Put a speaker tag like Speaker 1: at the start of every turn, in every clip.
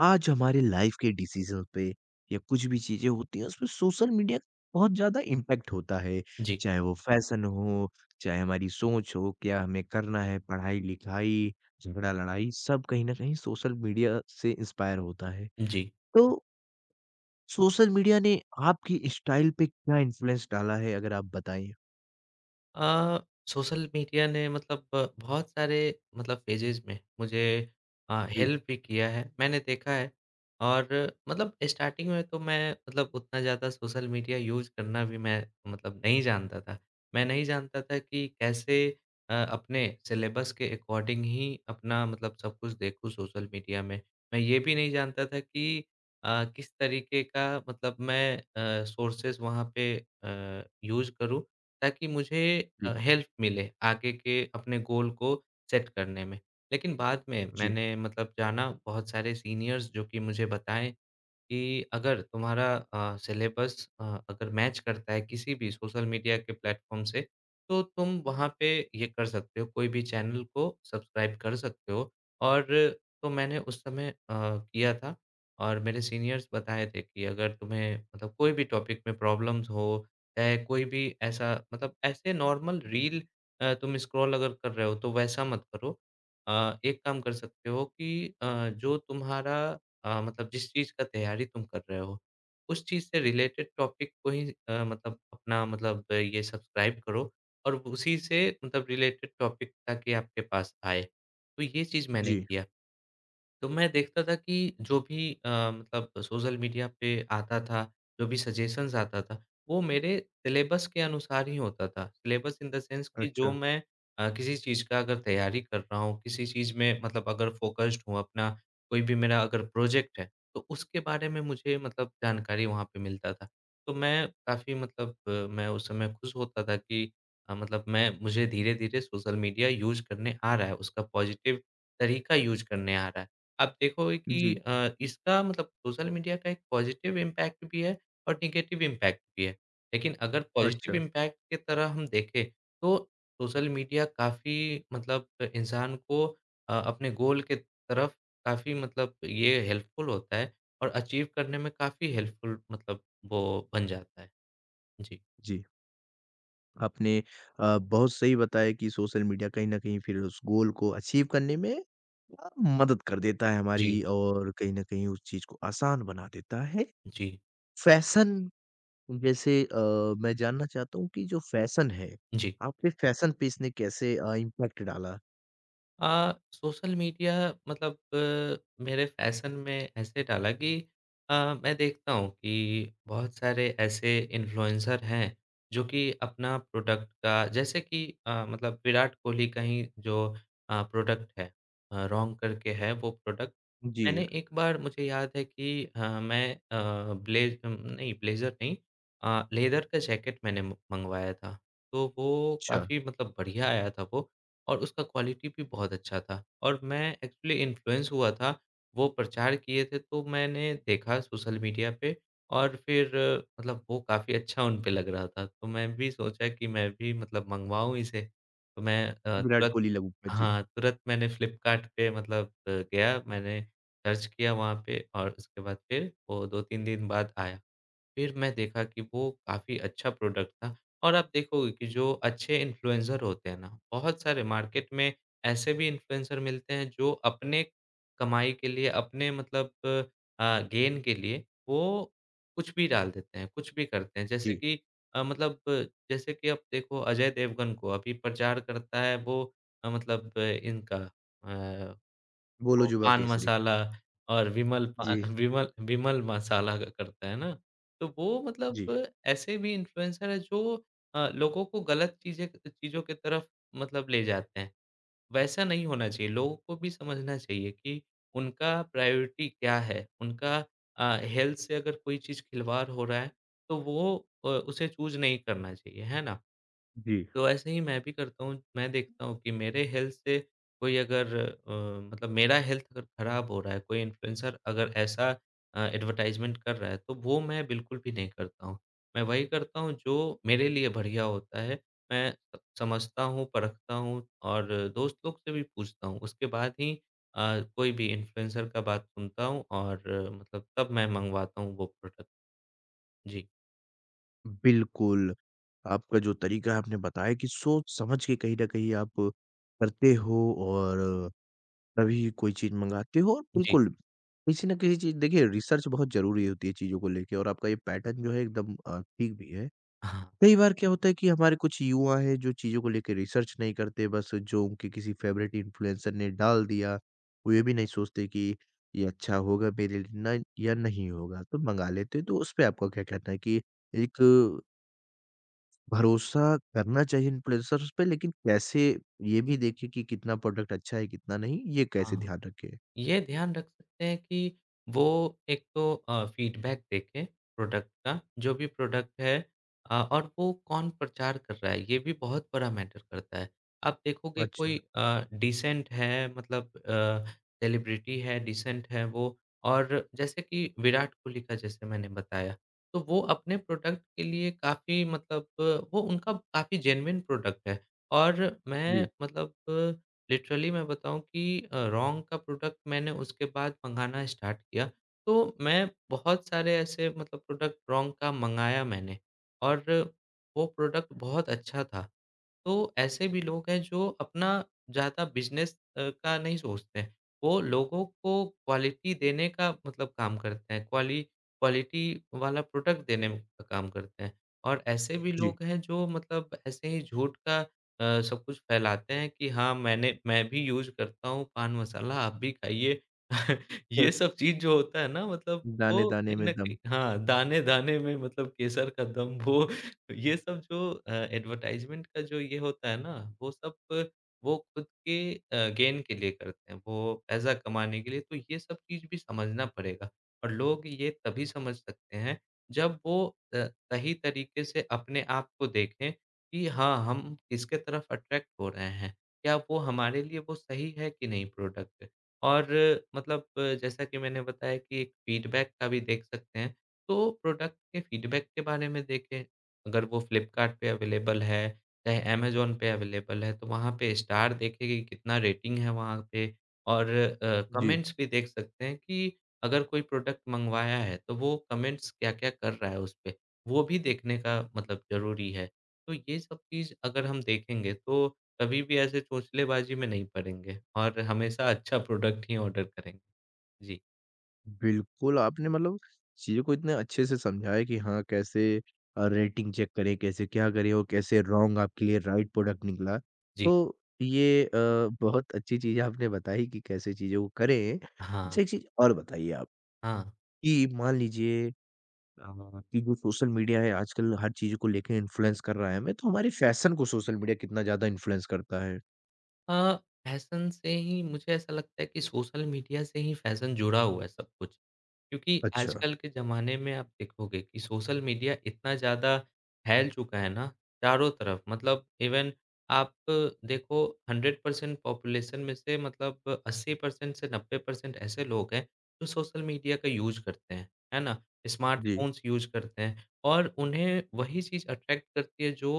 Speaker 1: आज हमारे लाइफ के डिसीजन पे या कुछ भी चीजें होती हैं उसमें सोशल मीडिया का बहुत ज्यादा इम्पैक्ट होता है।
Speaker 2: जी,
Speaker 1: चाहे वो फैशन हो, चाहे हमारी सोच हो, क्या हमें करना है, पढ़ाई लिखाई, झगड़ा लड़ाई, सब कहीं ना कहीं सोशल मीडिया से इंस्पायर होता है।
Speaker 2: जी।
Speaker 1: तो सोशल मीडिया ने आपकी स्टाइल पे क्या इन्फ्लुएंस डाला है अगर आप बताएं।
Speaker 2: अ, सोशल मीडिया ने मतलब बहुत सारे मतलब फ़ेजेज़ में मुझे
Speaker 1: जी।
Speaker 2: हेल्प भी किया है, मैंने देखा है। और मतलब स्टार्टिंग में तो मैं मतलब उतना ज़्यादा सोशल मीडिया यूज़ करना भी मैं मतलब नहीं जानता था। मैं नहीं जानता था कि कैसे अपने सिलेबस के अकॉर्डिंग ही अपना मतलब सब कुछ देखूँ सोशल मीडिया में। मैं ये भी नहीं जानता था कि किस तरीके का मतलब मैं सोर्सेज़ वहाँ पे यूज़ करूँ ताकि मुझे
Speaker 1: जी।
Speaker 2: हेल्प मिले आगे के अपने गोल को सेट करने में। लेकिन बाद में
Speaker 1: जी।
Speaker 2: मैंने मतलब जाना बहुत सारे सीनियर्स जो कि मुझे बताएँ कि अगर तुम्हारा सिलेबस अगर मैच करता है किसी भी सोशल मीडिया के प्लेटफ़ॉर्म से, तो तुम वहाँ पे ये कर सकते हो, कोई भी चैनल को सब्सक्राइब कर सकते हो। और तो मैंने उस समय किया था और मेरे सीनियर्स बताए थे कि अगर तुम्हें मतलब कोई भी टॉपिक में प्रॉब्लम्स हो, चाहे कोई भी ऐसा मतलब ऐसे नॉर्मल रील तुम स्क्रॉल अगर कर रहे हो, तो वैसा मत करो। एक काम कर सकते हो कि जो तुम्हारा मतलब जिस चीज़ का तैयारी तुम कर रहे हो, उस चीज़ से रिलेटेड टॉपिक को ही मतलब अपना मतलब ये सब्सक्राइब करो और उसी से मतलब रिलेटेड टॉपिक ताकि आपके पास आए। तो ये चीज़ मैंने
Speaker 1: जी।
Speaker 2: किया। तो मैं देखता था कि जो भी मतलब सोशल मीडिया पे आता था, जो भी सजेशंस आता था, वो मेरे सिलेबस के अनुसार ही होता था। सिलेबस इन द सेंस कि जो
Speaker 1: अच्छा।
Speaker 2: मैं किसी चीज़ का अगर तैयारी कर रहा हूँ, किसी चीज़ में मतलब अगर फ़ोकस्ड हूँ अपना, कोई भी मेरा अगर प्रोजेक्ट है, तो उसके बारे में मुझे मतलब जानकारी वहाँ पे मिलता था। तो मैं काफ़ी मतलब मैं उस समय खुश होता था कि मतलब मैं मुझे धीरे-धीरे सोशल मीडिया यूज़ करने आ रहा है, उसका पॉज़िटिव तरीका यूज़ करने आ रहा है। आप देखोगे कि
Speaker 1: जी।
Speaker 2: इसका मतलब सोशल मीडिया का एक पॉजिटिव इम्पैक्ट भी है और नेगेटिव इम्पैक्ट भी है। लेकिन अगर पॉजिटिव
Speaker 1: अच्छा।
Speaker 2: इम्पैक्ट की तरह हम देखें, तो सोशल मीडिया काफ़ी मतलब इंसान को अपने गोल के तरफ काफ़ी मतलब ये हेल्पफुल होता है और अचीव करने में काफ़ी हेल्पफुल मतलब वो बन जाता है। जी,
Speaker 1: जी। आपने बहुत सही बताया कि सोशल मीडिया कहीं न कहीं फिर उस गोल को अचीव करने में मदद कर देता है हमारी
Speaker 2: जी,
Speaker 1: और कहीं न कहीं उस चीज़ को आसान बना देता है।
Speaker 2: जी,
Speaker 1: फैशन जैसे मैं जानना चाहता हूँ कि जो फैशन है,
Speaker 2: जी।
Speaker 1: आपके फैशन पे इसने कैसे इम्पैक्ट डाला?
Speaker 2: सोशल मीडिया मतलब मेरे फैशन में ऐसे डाला कि अ, मैं देखता हूँ कि बहुत सारे ऐसे इन्फ्लुएंसर हैं जो कि अपना प्रोडक्ट का जैसे कि मतलब विराट कोहली का ही जो प्रोडक्ट है रॉन्ग करके है वो प्रोडक्ट।
Speaker 1: जी।
Speaker 2: मैंने एक बार मुझे याद है कि मैं ब्लेज नहीं ब्लेजर नहीं लेदर का जैकेट मैंने मंगवाया था, तो वो
Speaker 1: अच्छा।
Speaker 2: काफ़ी मतलब बढ़िया आया था वो। और उसका क्वालिटी भी बहुत अच्छा था और मैं एक्चुअली इन्फ्लुएंस हुआ था। वो प्रचार किए थे तो मैंने देखा सोशल मीडिया पे, और फिर मतलब वो काफ़ी अच्छा उन पे लग रहा था। तो मैं भी सोचा कि मैं भी मतलब मँगवाऊँ इसे। तो मैं
Speaker 1: विराट
Speaker 2: तुरंत
Speaker 1: कोहली लव जी।
Speaker 2: हाँ, तुरंत मैंने फ्लिपकार्ट पे मतलब गया मैंने, सर्च किया वहाँ पे, और उसके बाद फिर वो 2-3 दिन बाद आया। फिर मैं देखा कि वो काफ़ी अच्छा प्रोडक्ट था। और आप देखोगे कि जो अच्छे इन्फ्लुएंसर होते हैं ना, बहुत सारे मार्केट में ऐसे भी इन्फ्लुएंसर मिलते हैं जो अपने कमाई के लिए, अपने मतलब गेन के लिए वो कुछ भी डाल देते हैं, कुछ भी करते हैं। जैसे
Speaker 1: जी।
Speaker 2: कि मतलब जैसे कि आप देखो अजय देवगन को अभी प्रचार करता है वो मतलब इनका इनका
Speaker 1: बोलो
Speaker 2: वो
Speaker 1: जुबा
Speaker 2: पान
Speaker 1: केसरी।
Speaker 2: मसाला, और विमल पा
Speaker 1: जी।
Speaker 2: विमल विमल मसाला क करता है ना? तो वो
Speaker 1: जी।
Speaker 2: मतलब ऐसे भी इन्फ्लुएंसर हैं जो लोगों को गलत चीज़ें चीज़ों की तरफ मतलब ले जाते हैं। वैसा नहीं होना चाहिए, लोगों को भी समझना चाहिए कि उनका प्रायोरिटी क्या है? उनका हेल्थ से अगर कोई चीज़ खिलवाड़ हो रहा है, तो वो उसे चूज़ नहीं करना चाहिए, है ना?
Speaker 1: जी।
Speaker 2: तो ऐसे ही मैं भी करता हूँ। मैं देखता हूँ कि मेरे हेल्थ से कोई अगर मतलब मेरा हेल्थ अगर खराब हो रहा है, कोई इन्फ्लुएंसर अगर ऐसा एडवर्टाइज़मेंट कर रहा है, तो वो मैं बिल्कुल भी नहीं करता हूँ। मैं वही करता हूँ जो मेरे लिए बढ़िया होता है। मैं स समझता हूँ, परखता हूँ और दोस्त लोग से भी पूछता हूँ। उसके बाद ही कोई भी इन्फ्लुएंसर का बात सुनता हूँ और मतलब तब मैं मँगवाता हूँ वो प्रोडक्ट। जी,
Speaker 1: बिल्कुल, आपका जो तरीका है आपने बताया कि सोच-समझ के कहीं न कहीं आप करते हो और तभी कोई चीज़ मँगाते हो और
Speaker 2: जी।
Speaker 1: बिल्कुल, किसी न किसी चीज़ देखिए रिसर्च बहुत ज़रूरी होती है चीज़ों को लेके, और आपका ये पैटर्न जो है एकदम ठीक भी है।
Speaker 2: हाँ,
Speaker 1: कई बार क्या होता है कि हमारे कुछ युवा हैं जो चीज़ों को लेके रिसर्च नहीं करते, बस जो उनके किसी फ़ेवरेट इन्फ्लुएंसर ने डाल दिया, वो ये भी नहीं सोचते कि ये अच्छा होगा मेरे लिए ना या नहीं होगा, तो मँगा लेते हैं। तो उसपे आपका क्या कहना है कि एक भरोसा करना चाहिए इन्फ्लुएंसर्स पे, लेकिन कैसे ये भी देखें कि कितना प्रोडक्ट अच्छा है कितना नहीं, ये कैसे
Speaker 2: हाँ।
Speaker 1: ध्यान रखें?
Speaker 2: ये ध्यान रख सकते हैं कि वो एक तो फीडबैक देखें प्रोडक्ट का, जो भी प्रोडक्ट है और वो कौन प्रचार कर रहा है, ये भी बहुत बड़ा मैटर करता है। आप देखोगे
Speaker 1: अच्छा।
Speaker 2: कोई डिसेंट है मतलब सेलिब्रिटी है, डिसेंट है वो। और जैसे कि विराट कोहली का जैसे मैंने बताया, तो वो अपने प्रोडक्ट के लिए काफ़ी मतलब वो उनका काफ़ी जेन्युइन प्रोडक्ट है। और मैं
Speaker 1: जी।
Speaker 2: मतलब लिटरली मैं बताऊँ कि रॉन्ग का प्रोडक्ट मैंने उसके बाद मँगाना स्टार्ट किया, तो मैं बहुत सारे ऐसे मतलब प्रोडक्ट रॉन्ग का मँगाया मैंने, और वो प्रोडक्ट बहुत अच्छा था। तो ऐसे भी लोग हैं जो अपना ज़्यादा बिज़नेस का नहीं सोचते हैं। वो लोगों को क्वालिटी देने का मतलब काम करते हैं, क्वाली क्वालिटी वाला प्रोडक्ट देने में का काम करते हैं। और ऐसे भी
Speaker 1: जी।
Speaker 2: लोग हैं जो मतलब ऐसे ही झूठ का सब कुछ फैलाते हैं कि हाँ, मैं भी यूज़ करता हूँ पान मसाला, आप भी खाइए।
Speaker 1: अ,
Speaker 2: ये सब चीज़ जो होता है ना मतलब वो
Speaker 1: दाने-दाने
Speaker 2: कहीं
Speaker 1: में
Speaker 2: न
Speaker 1: दम।
Speaker 2: कहीं हाँ, दाने-दाने में मतलब केसर का दम वो, ये सब जो एडवर्टाइज़मेंट का जो ये होता है ना, वो सब वो खुद के गेन के लिए करते हैं, वो पैसा कमाने के लिए, तो ये सब चीज़ भी समझना पड़ेगा। और लोग ये तभी समझ सकते हैं, जब वो अ, सही तरीके से अपने आप को देखें कि हाँ, हम किसके तरफ अट्रैक्ट हो रहे हैं। क्या वो हमारे लिए वो सही है कि नहीं प्रोडक्ट? और मतलब जैसा कि मैंने बताया कि एक फ़ीडबैक का भी देख सकते हैं, तो प्रोडक्ट के फ़ीडबैक के बारे में देखें। अगर वो फ्लिपकार्ट पे अवेलेबल है, चाहे अमेज़न पे अवेलेबल है, तो वहाँ पे स्टार देखें कि कितना रेटिंग है वहाँ पे, और
Speaker 1: जी।
Speaker 2: कमेंट्स भी देख सकते हैं कि अगर कोई प्रोडक्ट मँगवाया है, तो वो कमेंट्स क्या-क्या कर रहा है उस पे, वो भी देखने का मतलब ज़रूरी है। तो ये सब चीज़ अगर हम देखेंगे, तो कभी भी ऐसे चोंचलेबाज़ी में नहीं पड़ेंगे और हमेशा अच्छा प्रोडक्ट ही ऑर्डर करेंगे। जी,
Speaker 1: बिल्कुल, आपने मतलब चीज़ों को इतने अच्छे से समझाया है कि हाँ, कैसे रेटिंग चेक करें, कैसे क्या करें, और कैसे रॉन्ग आपके लिए राइट प्रोडक्ट निकला।
Speaker 2: जी।
Speaker 1: तो ये बहुत अच्छी चीज़ आपने बताई कि कैसे चीज़ों को करें।
Speaker 2: हाँ,
Speaker 1: अच्छा, एक चीज़ और बताइए आप
Speaker 2: हाँ।
Speaker 1: कि मान लीजिए कि जो सोशल मीडिया है आजकल हर चीज़ को लेके इन्फ्लुएंस कर रहा है हमें, तो हमारे फैशन को सोशल मीडिया कितना ज़्यादा इन्फ्लुएंस करता है।
Speaker 2: अ, फैशन से ही मुझे ऐसा लगता है कि सोशल मीडिया से ही फैशन जुड़ा हुआ है सब कुछ। क्योंकि
Speaker 1: अच्छा।
Speaker 2: आजकल के ज़माने में आप देखोगे कि सोशल मीडिया इतना ज़्यादा फैल चुका है ना, चारों तरफ मतलब इवन आप देखो 100% पॉपुलेशन में से मतलब 80% से 90% ऐसे लोग हैं, जो सोशल मीडिया का यूज़ करते हैं, है ना?
Speaker 1: जी।
Speaker 2: स्मार्टफ़ोन्स यूज़ करते हैं और उन्हें वही चीज़ अट्रैक्ट करती है जो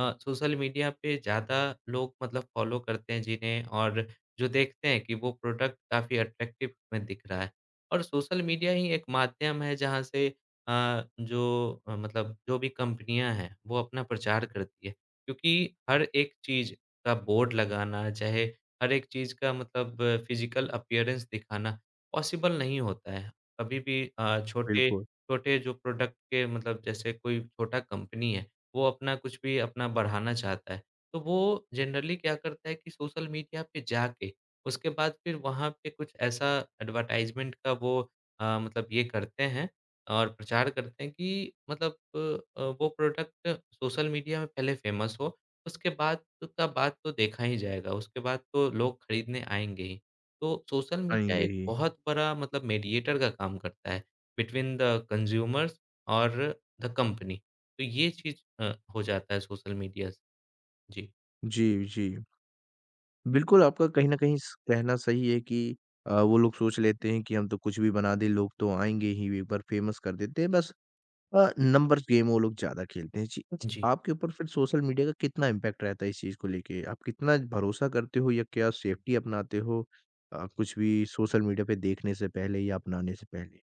Speaker 2: सोशल मीडिया पे ज़्यादा लोग मतलब फ़ॉलो करते हैं जिन्हें, और जो देखते हैं कि वो प्रोडक्ट काफ़ी अट्रैक्टिव में दिख रहा है। और सोशल मीडिया ही एक माध्यम है जहाँ से जो मतलब जो भी कंपनियाँ हैं वो अपना प्रचार करती है। क्योंकि हर एक चीज़ का बोर्ड लगाना चाहे हर एक चीज़ का मतलब फिज़िकल अपीयरेंस दिखाना पॉसिबल नहीं होता है। कभी भी छोटे
Speaker 1: बिल्कुल।
Speaker 2: छोटे जो प्रोडक्ट के मतलब जैसे कोई छोटा कंपनी है, वो अपना कुछ भी अपना बढ़ाना चाहता है। तो वो जनरली क्या करता है कि सोशल मीडिया पे जाके उसके बाद फिर वहाँ पे कुछ ऐसा एडवर्टाइज़मेंट का वो मतलब ये करते हैं और प्रचार करते हैं कि मतलब वो प्रोडक्ट सोशल मीडिया में पहले फेमस हो, उसके बाद का बात तो देखा ही जाएगा, उसके बाद तो लोग खरीदने आएँगे ही। तो सोशल मीडिया
Speaker 1: आएँगे
Speaker 2: एक
Speaker 1: ही।
Speaker 2: बहुत बड़ा मतलब मीडिएटर का काम करता है बिटवीन द कंज्यूमर्स और द कंपनी। तो ये चीज़ हो जाता है सोशल मीडिया से। जी,
Speaker 1: जी। जी। बिल्कुल, आपका कहीं न कहीं स कहना सही है कि वो लोग सोच लेते हैं कि हम तो कुछ भी बना दें, लोग तो आएँगे ही, एक बार फेमस कर देते हैं बस नंबर्स गेम वो लोग ज़्यादा खेलते हैं। जी। अच्छा,
Speaker 2: जी।
Speaker 1: आपके ऊपर फिर सोशल मीडिया का कितना इम्पैक्ट रहता है इस चीज़ को लेके? आप कितना भरोसा करते हो या क्या सेफ्टी अपनाते हो कुछ भी सोशल मीडिया पे देखने से पहले या अपनाने से पहले?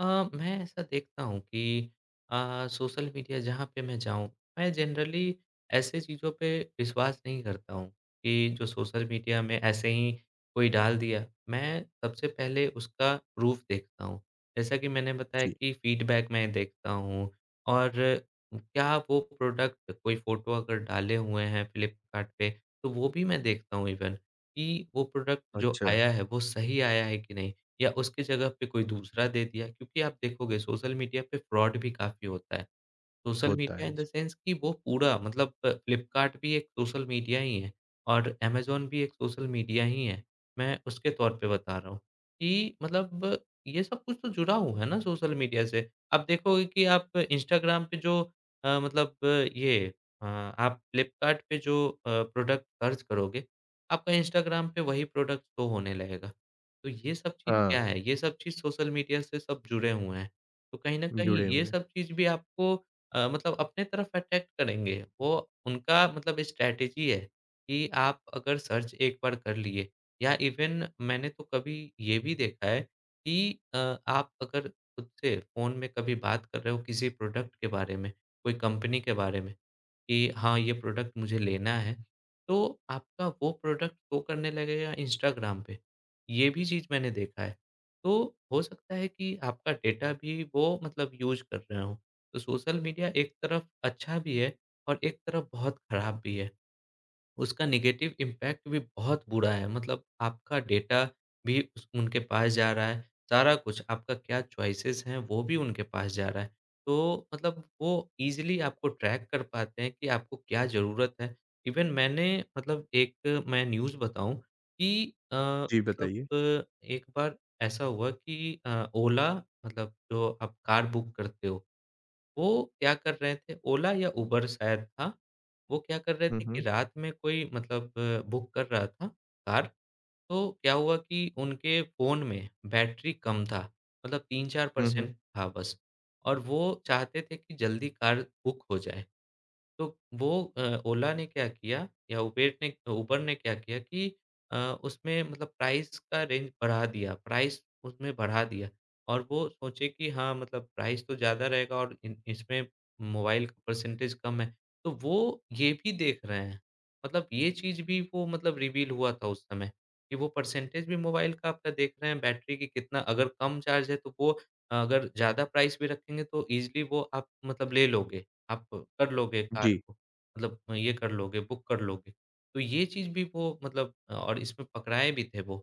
Speaker 2: अ, मैं ऐसा देखता हूँ कि सोशल मीडिया जहाँ पे मैं जाऊँ, मैं जनरली ऐसे चीज़ों पे विश्वास नहीं करता हूँ कि जो सोशल मीडिया में ऐसे ही कोई डाल दिया। मैं सबसे पहले उसका प्रूफ़ देखता हूँ। जैसा कि मैंने बताया
Speaker 1: जी।
Speaker 2: कि फ़ीडबैक मैं देखता हूँ। और क्या वो प्रोडक्ट कोई फ़ोटो अगर डाले हुए हैं फ्लिपकार्ट पे, तो वो भी मैं देखता हूँ इवन कि वो प्रोडक्ट जो
Speaker 1: अच्छा।
Speaker 2: आया है, वो सही आया है कि नहीं? या उसकी जगह पे कोई दूसरा दे दिया क्योंकि आप देखोगे सोशल मीडिया पे फ्रॉड भी काफ़ी होता है। सोशल
Speaker 1: होता
Speaker 2: मीडिया
Speaker 1: है।
Speaker 2: In the
Speaker 1: ji.
Speaker 2: सेंस कि वो पूरा मतलब फ्लिपकार्ट भी एक सोशल मीडिया ही है और अमेज़न भी एक सोशल मीडिया ही है। मैं उसके तौर पे बता रहा हूँ कि मतलब ये सब कुछ तो जुड़ा हुआ है ना सोशल मीडिया से। आप देखोगे कि आप इंस्टाग्राम पे जो मतलब ये आप फ्लिपकार्ट पे जो प्रोडक्ट सर्च करोगे, आपका इंस्टाग्राम पे वही प्रोडक्ट शो होने लगेगा। तो ये सब चीज़
Speaker 1: हाँ।
Speaker 2: क्या है? ये सब चीज़ सोशल मीडिया से सब जुड़े हुए हैं। तो कहीं न कहीं
Speaker 1: जुड़े
Speaker 2: ये
Speaker 1: हुए हैं।
Speaker 2: सब चीज़ भी आपको मतलब अपने तरफ अट्रैक्ट करेंगे। वो उनका मतलब स्ट्रैटेजी है कि आप अगर सर्च एक बार कर लिए या इवन मैंने तो कभी ये भी देखा है कि अ, आप अगर खुद से फ़ोन में कभी बात कर रहे हो किसी प्रोडक्ट के बारे में, कोई कंपनी के बारे में कि हाँ, ये प्रोडक्ट मुझे लेना है, तो आपका वो प्रोडक्ट शो करने लगेगा इंस्टाग्राम पे। ये भी चीज़ मैंने देखा है। तो हो सकता है कि आपका डेटा भी वो मतलब यूज़ कर रहे हों। तो सोशल मीडिया एक तरफ अच्छा भी है और एक तरफ बहुत खराब भी है। उसका नेगेटिव इम्पैक्ट भी बहुत बुरा है। मतलब आपका डेटा भी उस उनके पास जा रहा है, सारा कुछ आपका क्या चॉइसेस हैं वो भी उनके पास जा रहा है। तो मतलब वो ईज़िली आपको ट्रैक कर पाते हैं कि आपको क्या ज़रूरत है। इवन मैंने मतलब एक मैं न्यूज़ बताऊँ कि
Speaker 1: जी,
Speaker 2: मतलब
Speaker 1: बताइए।
Speaker 2: एक बार ऐसा हुआ कि ओला मतलब जो आप कार बुक करते हो वो क्या कर रहे थे, ओला या उबर शायद था। वो क्या कर रहे
Speaker 1: हुँ,
Speaker 2: थे कि
Speaker 1: हुँ।
Speaker 2: रात में कोई मतलब बुक कर रहा था कार, तो क्या हुआ कि उनके फ़ोन में बैटरी कम था, मतलब
Speaker 1: हुँ, हुँ।
Speaker 2: 3-4% था बस और वो चाहते थे कि जल्दी कार बुक हो जाए। तो वो अ, ओला ने क्या किया या उबेर ने उबर ने क्या किया कि अ, उसमें मतलब प्राइस का रेंज बढ़ा दिया, प्राइस उसमें बढ़ा दिया और वो सोचे कि हाँ, मतलब प्राइस तो ज़्यादा रहेगा और इन इसमें मोबाइल का परसेंटेज कम है, तो वो ये भी देख रहे हैं। मतलब ये चीज़ भी वो मतलब रिवील हुआ था उस समय कि वो परसेंटेज भी मोबाइल का आपका देख रहे हैं, बैटरी की कितना अगर कम चार्ज है तो वो अगर ज़्यादा प्राइस भी रखेंगे तो ईज़िली वो आप मतलब ले लोगे। आप कर लोगे कार
Speaker 1: जी।
Speaker 2: को, मतलब ये कर लोगे, बुक कर लोगे। तो ये चीज़ भी वो मतलब और इसमें पकड़ाए भी थे वो,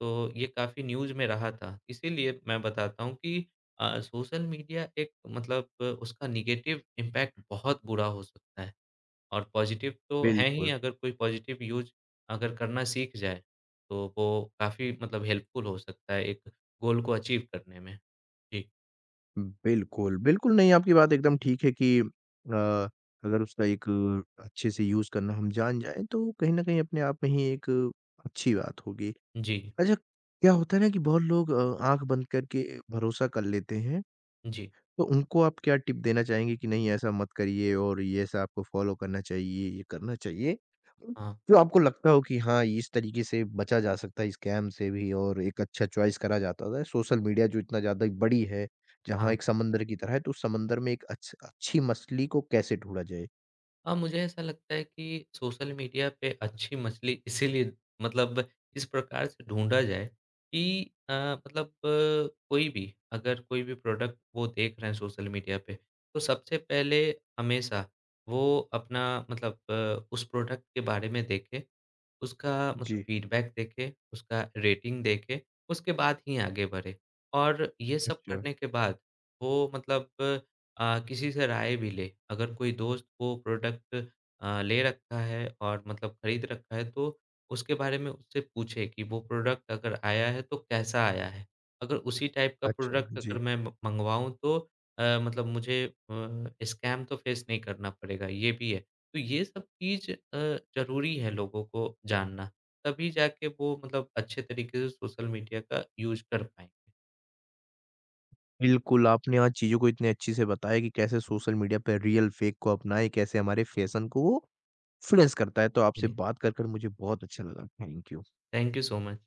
Speaker 2: तो ये काफ़ी न्यूज़ में रहा था। इसीलिए मैं बताता हूँ कि सोशल मीडिया एक मतलब उसका नेगेटिव इम्पैक्ट बहुत बुरा हो सकता है और पॉज़िटिव तो है ही,
Speaker 1: बिल्कुल,
Speaker 2: अगर कोई पॉज़िटिव यूज़ अगर करना सीख जाए, तो वो काफ़ी मतलब हेल्पफुल हो सकता है एक गोल को अचीव करने में। जी,
Speaker 1: बिल्कुल, बिल्कुल नहीं, आपकी बात एकदम ठीक है कि अगर उसका एक अच्छे से यूज़ करना हम जान जाएँ, तो कहीं न कहीं अपने आप में ही एक अच्छी बात होगी।
Speaker 2: जी,
Speaker 1: अच्छा, क्या होता है ना कि बहुत लोग आँख बंद करके भरोसा कर लेते हैं,
Speaker 2: जी।
Speaker 1: तो उनको आप क्या टिप देना चाहेंगे कि नहीं ऐसा मत करिए और ये ऐसा आपको फ़ॉलो करना चाहिए, ये करना चाहिए?
Speaker 2: हाँ,
Speaker 1: जो आपको लगता हो कि हाँ, इस तरीके से बचा जा सकता है स्कैम से भी और एक अच्छा चॉइस करा जाता है। सोशल मीडिया जो इतना ज़्यादा बड़ी है, जहाँ
Speaker 2: हाँ।
Speaker 1: एक समुंदर की तरह है, तो उस समुंदर में एक अच्छी मछली को कैसे ढूँढा जाए?
Speaker 2: हाँ, मुझे ऐसा लगता है कि सोशल मीडिया पे अच्छी मछली इसीलिए मतलब इस प्रकार से ढूँढा जाए कि मतलब कोई भी अगर कोई भी प्रोडक्ट वो देख रहे हैं सोशल मीडिया पे, तो सबसे पहले हमेशा वो अपना मतलब उस प्रोडक्ट के बारे में देखे, उसका मतलब
Speaker 1: जी।
Speaker 2: फीडबैक देखे, उसका रेटिंग देखे, उसके बाद ही आगे बढ़े। और ये सब
Speaker 1: अच्छा।
Speaker 2: करने के बाद वो मतलब किसी से राय भी ले। अगर कोई दोस्त वो प्रोडक्ट ले रखा है और मतलब खरीद रखा है तो उसके बारे में उससे पूछे कि वो प्रोडक्ट अगर आया है तो कैसा आया है? अगर उसी टाइप का
Speaker 1: अच्छा।
Speaker 2: प्रोडक्ट
Speaker 1: जी।
Speaker 2: अगर मैं म मँगवाऊँ तो मतलब मुझे स्कैम तो फेस नहीं करना पड़ेगा, ये भी है। तो ये सब चीज़ ज़रूरी है लोगों को जानना, तभी जाके वो मतलब अच्छे तरीके से सोशल मीडिया का यूज़ कर पाएँगे।
Speaker 1: बिल्कुल, आपने आज चीज़ों को इतने अच्छे से बताया कि कैसे सोशल मीडिया पे रियल फेक को अपनाएँ, कैसे हमारे फैशन को वो इन्फ्लुएंस करता है। तो आपसे
Speaker 2: जी,
Speaker 1: बात कर मुझे बहुत अच्छा लगा। Thank you.
Speaker 2: Thank you so much.